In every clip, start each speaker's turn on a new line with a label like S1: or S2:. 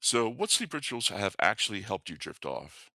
S1: So, what sleep rituals have actually helped you drift off?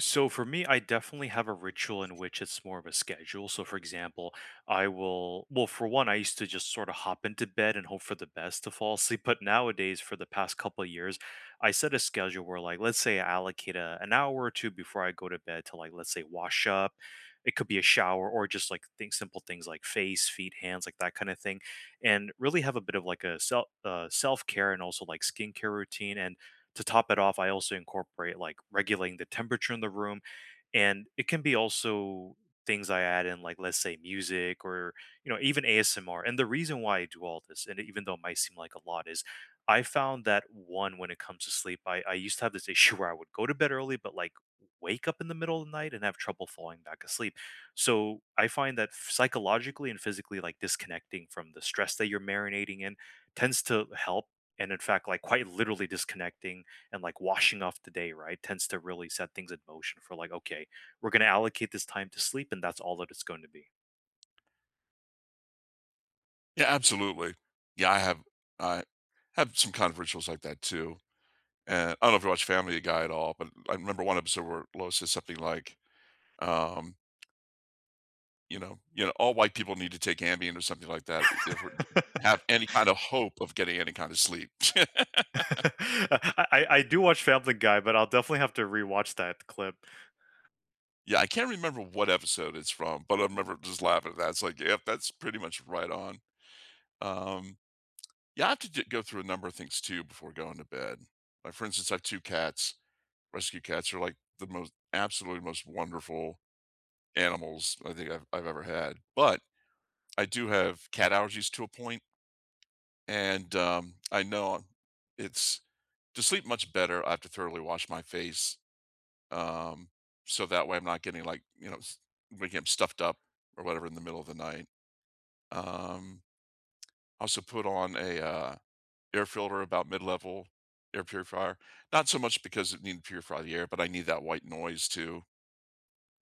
S2: So for me, I definitely have a ritual in which it's more of a schedule. So for example, I will, for one, I used to just sort of hop into bed and hope for the best to fall asleep. But nowadays, for the past couple of years, I set a schedule where, like, let's say I allocate an hour or two before I go to bed to, like, let's say wash up. It could be a shower or just like things, simple things like face, feet, hands, like that kind of thing, and really have a bit of like a self self care and also like skincare routine. And to top it off, I also incorporate like regulating the temperature in the room, and it can be also things I add in, like let's say music or, you know, even ASMR. And the reason why I do all this, and even though it might seem like a lot, is I found that one, when it comes to sleep, I used to have this issue where I would go to bed early, but like wake up in the middle of the night and have trouble falling back asleep. So I find that psychologically and physically, like disconnecting from the stress that you're marinating in, tends to help. And in fact, like quite literally disconnecting and like washing off the day, right, tends to really set things in motion for like, okay, we're gonna allocate this time to sleep, and that's all that it's going to be.
S1: Yeah, absolutely. Yeah, I have. I have some kind of rituals like that too. And I don't know if you watch Family Guy at all, but I remember one episode where Lois says something like, um, you know, all white people need to take Ambien or something like that if we're to have any kind of hope of getting any kind of sleep."
S2: I do watch Family Guy, but I'll definitely have to rewatch that clip.
S1: yeah, I can't remember what episode it's from, but I remember just laughing at that. It's like, yep, that's pretty much right on. Um, You have to d go through a number of things too before going to bed. Like, for instance, I have 2 cats. Rescue cats are, like, the most absolutely most wonderful animals I think I've ever had, but I do have cat allergies to a point. And, I know it's to sleep much better, I have to thoroughly wash my face, um, so that way I'm not getting, like, s waking up stuffed up or whatever in the middle of the night. Um, I also put on a air filter, about mid-level air purifier. Not so much because it needed to purify the air, but I need that white noise too,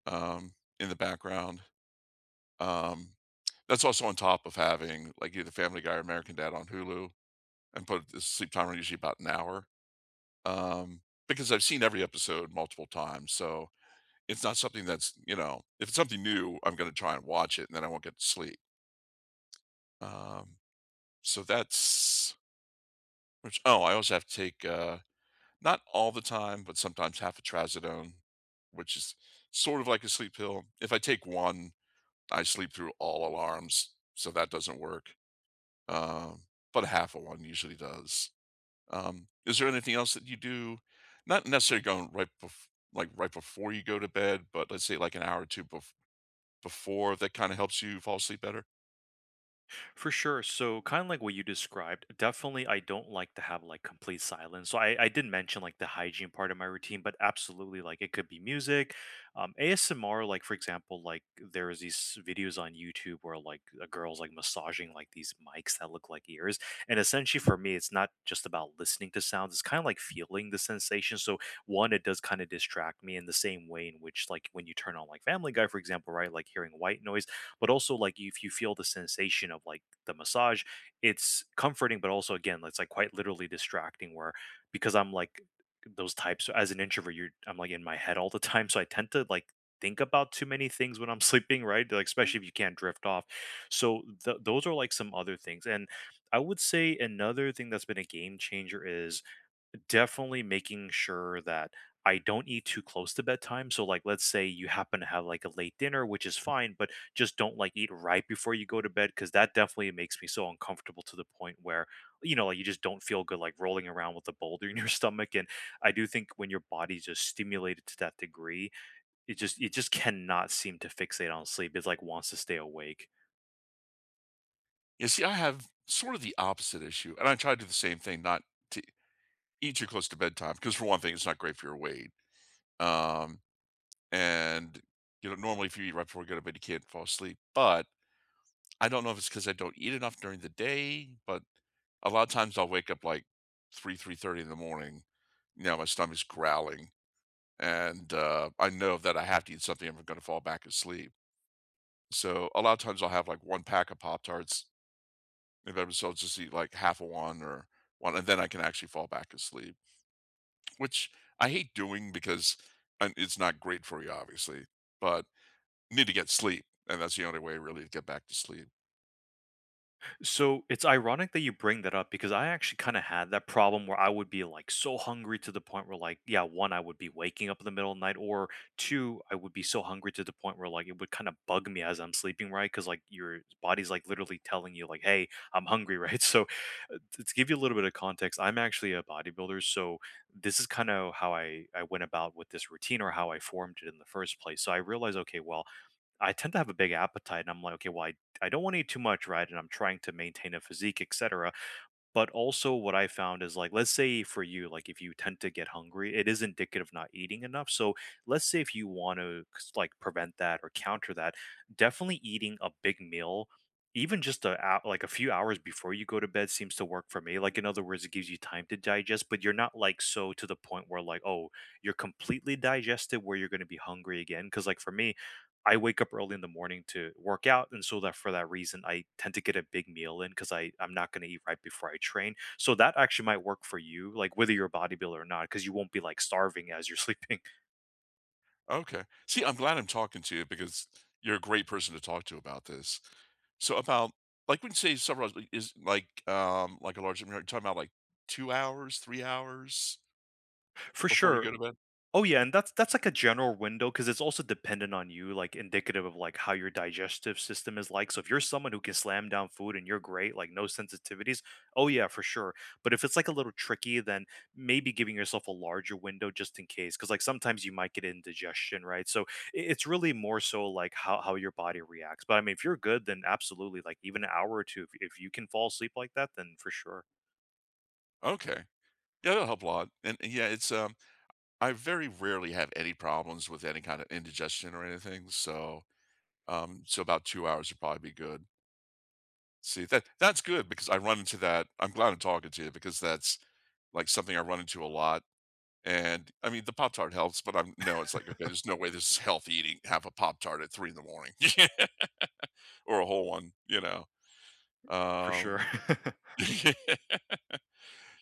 S1: um, in the background. Um, that's also on top of having like either Family Guy or American Dad on Hulu, and put the sleep timer usually about an hour. Um, because I've seen every episode multiple times. So it's not something that's, if it's something new, I'm gonna try and watch it and then I won't get to sleep. Um, so that's I also have to take, not all the time, but sometimes half a trazodone, which is sort of like a sleep pill. If I take one, I sleep through all alarms, so that doesn't work. Um, but a half of one usually does. Is there anything else that you do? Not necessarily going right like right before you go to bed, but let's say like an hour or two before, that kind of helps you fall asleep better.
S2: For sure. So kind of like what you described, definitely I don't like to have like complete silence. So I did mention like the hygiene part of my routine, but absolutely like it could be music. ASMR, like for example, like there is these videos on YouTube where like a girl's like massaging like these mics that look like ears. And essentially for me, it's not just about listening to sounds, it's kind of like feeling the sensation. So one, it does kind of distract me in the same way in which like when you turn on like Family Guy, for example, right? Like hearing white noise, but also like if you feel the sensation of like the massage, it's comforting, but also again it's like quite literally distracting where, because I'm like, those types, as an introvert, you're I'm like in my head all the time, so I tend to like think about too many things when I'm sleeping, right? Like especially if you can't drift off. So those are like some other things. And I would say another thing that's been a game changer is definitely making sure that I don't eat too close to bedtime. So, like, let's say you happen to have like a late dinner, which is fine, but just don't like eat right before you go to bed, because that definitely makes me so uncomfortable to the point where, you know, like you just don't feel good, like rolling around with a boulder in your stomach. And I do think when your body's just stimulated to that degree, it just cannot seem to fixate on sleep. It like wants to stay awake.
S1: You see, I have sort of the opposite issue, and I try to do the same thing, not to eat too close to bedtime, because for one thing, it's not great for your weight. Um, And normally if you eat right before you go to bed, you can't fall asleep. But I don't know if it's because I don't eat enough during the day, but a lot of times I'll wake up like three, 3:30 in the morning. You know, my stomach's growling, and I know that I have to eat something if I'm going to fall back asleep. So a lot of times I'll have like one pack of Pop Tarts. Maybe I'll just eat like half a one or one, and then I can actually fall back asleep, which I hate doing because it's not great for you, obviously. But need to get sleep, and that's the only way really to get back to sleep.
S2: So it's ironic that you bring that up, because I actually kind of had that problem where I would be like so hungry to the point where, like, yeah, one, I would be waking up in the middle of the night, or two, I would be so hungry to the point where like it would kind of bug me as I'm sleeping, right? Cuz like your body's like literally telling you like, hey, I'm hungry, right? So to give you a little bit of context, I'm actually a bodybuilder, so this is kind of how I went about with this routine or how I formed it in the first place. So I realized, okay, well, I tend to have a big appetite and I'm like, okay, well, I don't want to eat too much, right? And I'm trying to maintain a physique, etc. But also what I found is like, let's say for you, like if you tend to get hungry, it is indicative of not eating enough. So let's say if you want to like prevent that or counter that, definitely eating a big meal, even just like a few hours before you go to bed, seems to work for me. Like in other words, it gives you time to digest, but you're not like so to the point where like, oh, you're completely digested where you're going to be hungry again. Because like for me, I wake up early in the morning to work out, and so that for that reason, I tend to get a big meal in because I'm not going to eat right before I train. So that actually might work for you, like whether you're a bodybuilder or not, because you won't be like starving as you're sleeping.
S1: Okay. See, I'm glad I'm talking to you because you're a great person to talk to about this. So about, like, when you say several hours, like, is like a large, you're talking about like 2 hours, 3 hours
S2: For
S1: before you
S2: sure.
S1: go to bed?
S2: Oh yeah, and that's like a general window because it's also dependent on you, like, indicative of, like, how your digestive system is like, so if you're someone who can slam down food and you're great, like, no sensitivities, oh yeah, for sure, but if it's, like, a little tricky, then maybe giving yourself a larger window, just in case, because like, sometimes you might get indigestion, right? So, I it's really more so, like, how your body reacts, but, I mean, if you're good, then absolutely, like, even an hour or 2, if you can fall asleep like that, then for sure,
S1: Okay. Yeah, that'll help a lot. And yeah, it's I very rarely have any problems with any kind of indigestion or anything. So about 2 hours would probably be good. See, that's good, because I run into that. I'm glad I'm talking to you because that's, like, something I run into a lot. And, I mean, the Pop-Tart helps, but I'm no, it's like, "Okay, there's no way this is healthy eating, have a Pop-Tart at 3 in the morning," or a whole one, you know?
S2: for
S1: Um,
S2: sure.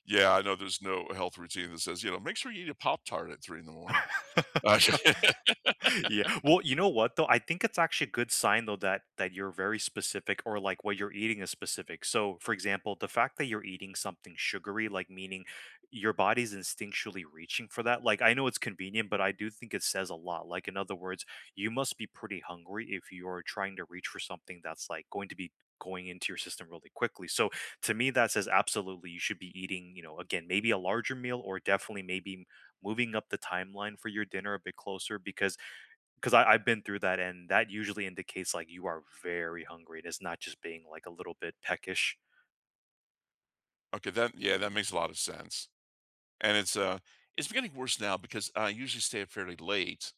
S1: yeah, I know there's no health routine that says, "Make sure you eat a Pop-Tart at 3 in the morning." Uh,
S2: Yeah. Well, you know what though? I think it's actually a good sign though that you're very specific or like what you're eating is specific. So, for example, the fact that you're eating something sugary, like, meaning your body's instinctually reaching for that. Like I know it's convenient, but I do think it says a lot. Like in other words, you must be pretty hungry if you're trying to reach for something that's like going to be going into your system really quickly. So, to me that says absolutely you should be eating, you know, again, maybe a larger meal, or definitely maybe moving up the timeline for your dinner a bit closer, because I, have been through that, and that usually indicates like you are very hungry, and it's not just being like a little bit peckish.
S1: okay, that yeah, that makes a lot of sense, and it's getting worse now because I usually stay up fairly late,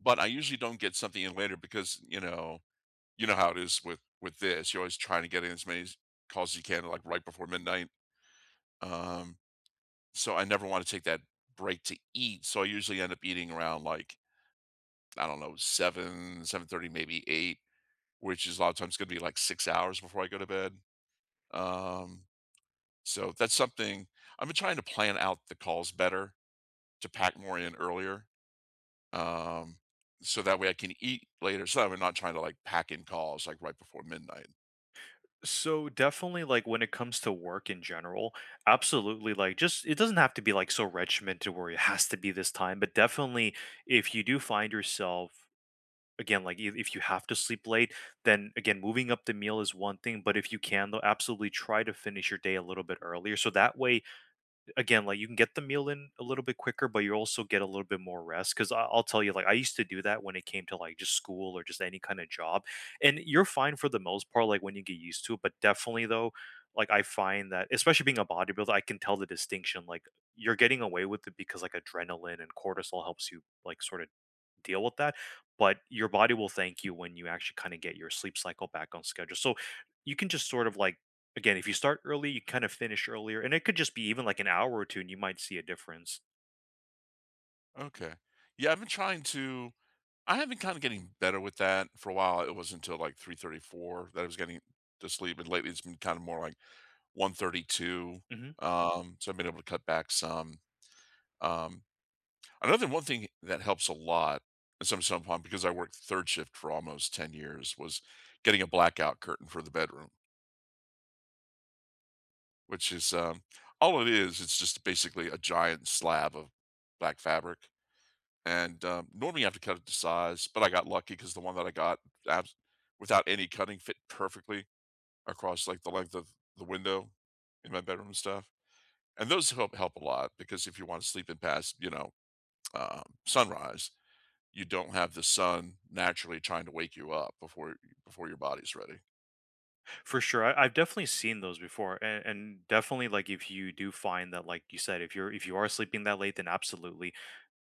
S1: but I usually don't get something in later because, you know how it is with this. You're always trying to get in as many calls as you can, like right before midnight. Um, so I never want to take that break to eat. So I usually end up eating around like I don't know seven, 7:30, maybe eight, which is a lot of times going to be like 6 hours before I go to bed. Um, so that's something I've been trying to plan out the calls better, to pack more in earlier. Um, so that way I can eat later. So that I'm not trying to like pack in calls like right before midnight.
S2: So definitely, like when it comes to work in general, absolutely, like, just it doesn't have to be like so regimented where it has to be this time, but definitely, if you do find yourself again, like if you have to sleep late, then again, moving up the meal is one thing, but if you can, though, absolutely try to finish your day a little bit earlier, so that way again, like, you can get the meal in a little bit quicker, but you also get a little bit more rest. Because I'll tell you, like, I used to do that when it came to, like, just school or just any kinda job, and you're fine for the most part, like, when you get used to it, but definitely though, like, I find that especially being a bodybuilder, I can tell the distinction, like, you're getting away with it because, like, adrenaline and cortisol helps you, like, sorta deal with that, but your body will thank you when you actually kinda get your sleep cycle back on schedule. So you can just sort of, like, again, if you start early, you kind of finish earlier, and it could just be even like an hour or 2, and you might see a difference.
S1: Okay. Yeah, I have been kind of getting better with that for a while. It wasn't until like 3:34 that I was getting to sleep, and lately it's been kind of more like 1:32.
S2: Mhm.
S1: So I've been able to cut back some. Um, Another one thing that helps a lot, and some point, because I worked third shift for almost 10 years, was getting a blackout curtain for the bedroom, which is, all it is. It's just basically a giant slab of black fabric. And, normally, you have to cut it to size, but I got lucky because the one that I got abs without any cutting fit perfectly across, like, the length of the window in my bedroom and stuff. And those help a lot because if you wanna sleep in past, sunrise, you don't have the sun naturally trying to wake you up before your body's ready.
S2: For sure. I've definitely seen those before. And definitely like if you do find that like you said, if you're if you are sleeping that late, then absolutely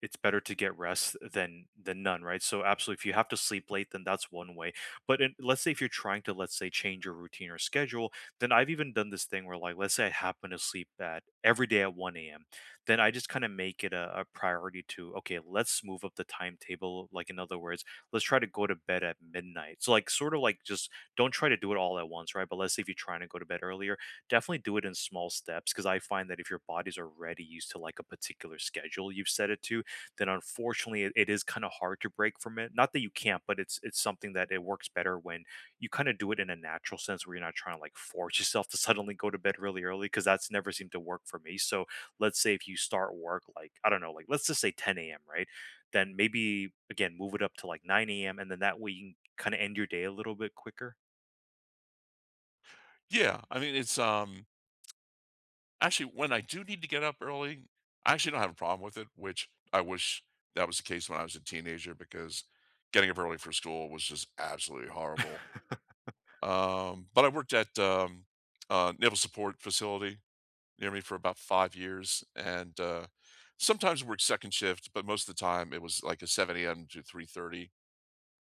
S2: it's better to get rest than none, right? So absolutely if you have to sleep late, then that's one way. But in, let's say if you're trying to, let's say, change your routine or schedule, then I've even done this thing where like let's say I happen to sleep at every day at 1 a.m. Then I just kind of make it a priority to, okay, let's move up the timetable. Like in other words, let's try to go to bed at midnight. So like sort of like just don't try to do it all at once, right? But let's say if you're trying to go to bed earlier, definitely do it in small steps, because I find that if your body's already used to like a particular schedule you've set it to, then unfortunately it is kind of hard to break from it. Not that you can't, but it's something that it works better when you kind of do it in a natural sense, where you're not trying to like force yourself to suddenly go to bed really early, because that's never seemed to work for me. So let's say if you start work like, I don't know, like let's just say 10 a.m., right, then maybe again move it up to like 9 a.m., and then that way you can kind of end your day a little bit quicker.
S1: Yeah, I mean, actually, when I do need to get up early, I actually don't have a problem with it, which I wish that was the case when I was a teenager because getting up early for school was just absolutely horrible. But I worked at, a naval support facility near me for about 5 years, and sometimes worked second shift, but most of the time it was like a 7 a.m. to 3:30,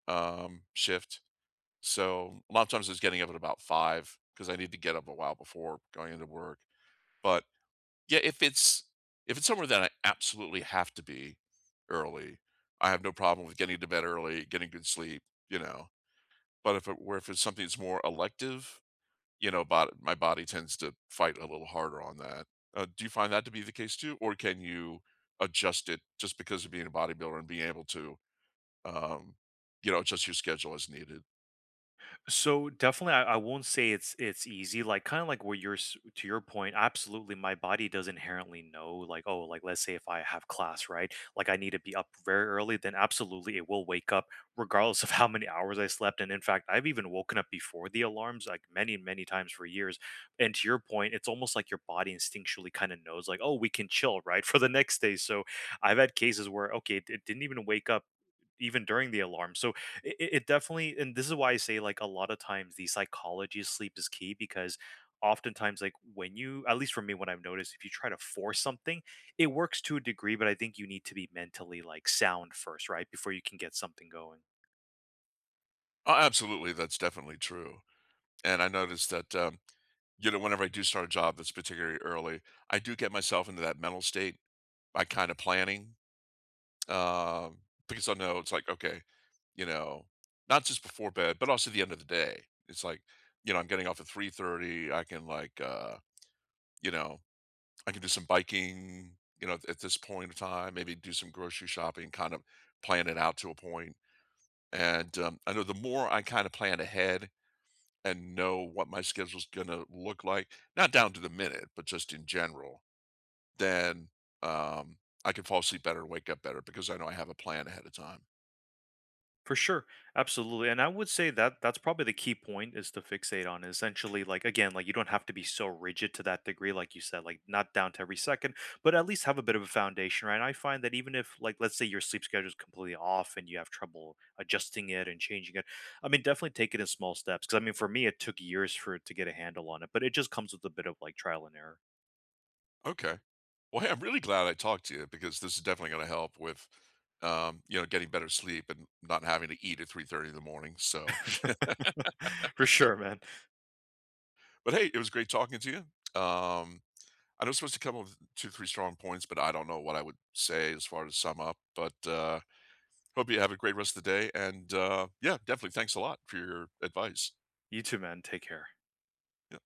S1: shift. So a lot of times I was getting up at about five because I need to get up a while before going into work. But yeah, if it's somewhere that I absolutely have to be early, I have no problem with getting to bed early, getting good sleep, you know. But if it where if it's something that's more elective, bod my body tends to fight a little harder on that. Do you find that to be the case too, or can you adjust it just because of being a bodybuilder and being able to, um, adjust your schedule as needed?
S2: So definitely, I won't say it's easy. Like kind of like where to your point. Absolutely, my body does inherently know. Like, oh, like let's say if I have class, right? Like I need to be up very early. Then absolutely, it will wake up regardless of how many hours I slept. And in fact, I've even woken up before the alarms, like many many times for years. And to your point, it's almost like your body instinctually kind of knows, like, oh, we can chill, right, for the next day. So I've had cases where, okay, it didn't even wake up even during the alarm. So it definitely, and this is why I say, like, a lot of times the psychology of sleep is key, because oftentimes, like, when you, at least for me, what I've noticed, if you try to force something, it works to a degree, but I think you need to be mentally like sound first, right, before you can get something going.
S1: Oh, absolutely, that's definitely true. And I noticed that, whenever I do start a job that's particularly early, I do get myself into that mental state by kind of planning, um, because I know it's like, okay, you know, not just before bed, but also the end of the day. It's like, I'm getting off at 3:30. You know, I can do some biking, you know, at this point of time, maybe do some grocery shopping, kind of plan it out to a point. And I know the more I kind of plan ahead and know what my schedule's gonna look like, not down to the minute, but just in general, then, um, I can fall asleep better and wake up better because I know I have a plan ahead of time.
S2: For sure. Absolutely. And I would say that that's probably the key point, is to fixate on essentially, like, again, like you don't have to be so rigid to that degree, like you said, like not down to every second, but at least have a bit of a foundation, right? And I find that even if, like, let's say your sleep schedule is completely off and you have trouble adjusting it and changing it, I mean, definitely take it in small steps. Cause I mean for me it took years for it to get a handle on it, but it just comes with a bit of like trial and error.
S1: Okay. Well, hey, I'm really glad I talked to you because this is definitely gonna help with, getting better sleep and not having to eat at 3:30 in the morning. So
S2: For sure, man.
S1: but hey, it was great talking to you. Um, I know I'm supposed to come up with 2, 3 strong points, but I don't know what I would say as far as sum up, but, hope you have a great rest of the day. And yeah, definitely thanks a lot for your advice.
S2: You too, man. Take care.
S1: Yeah.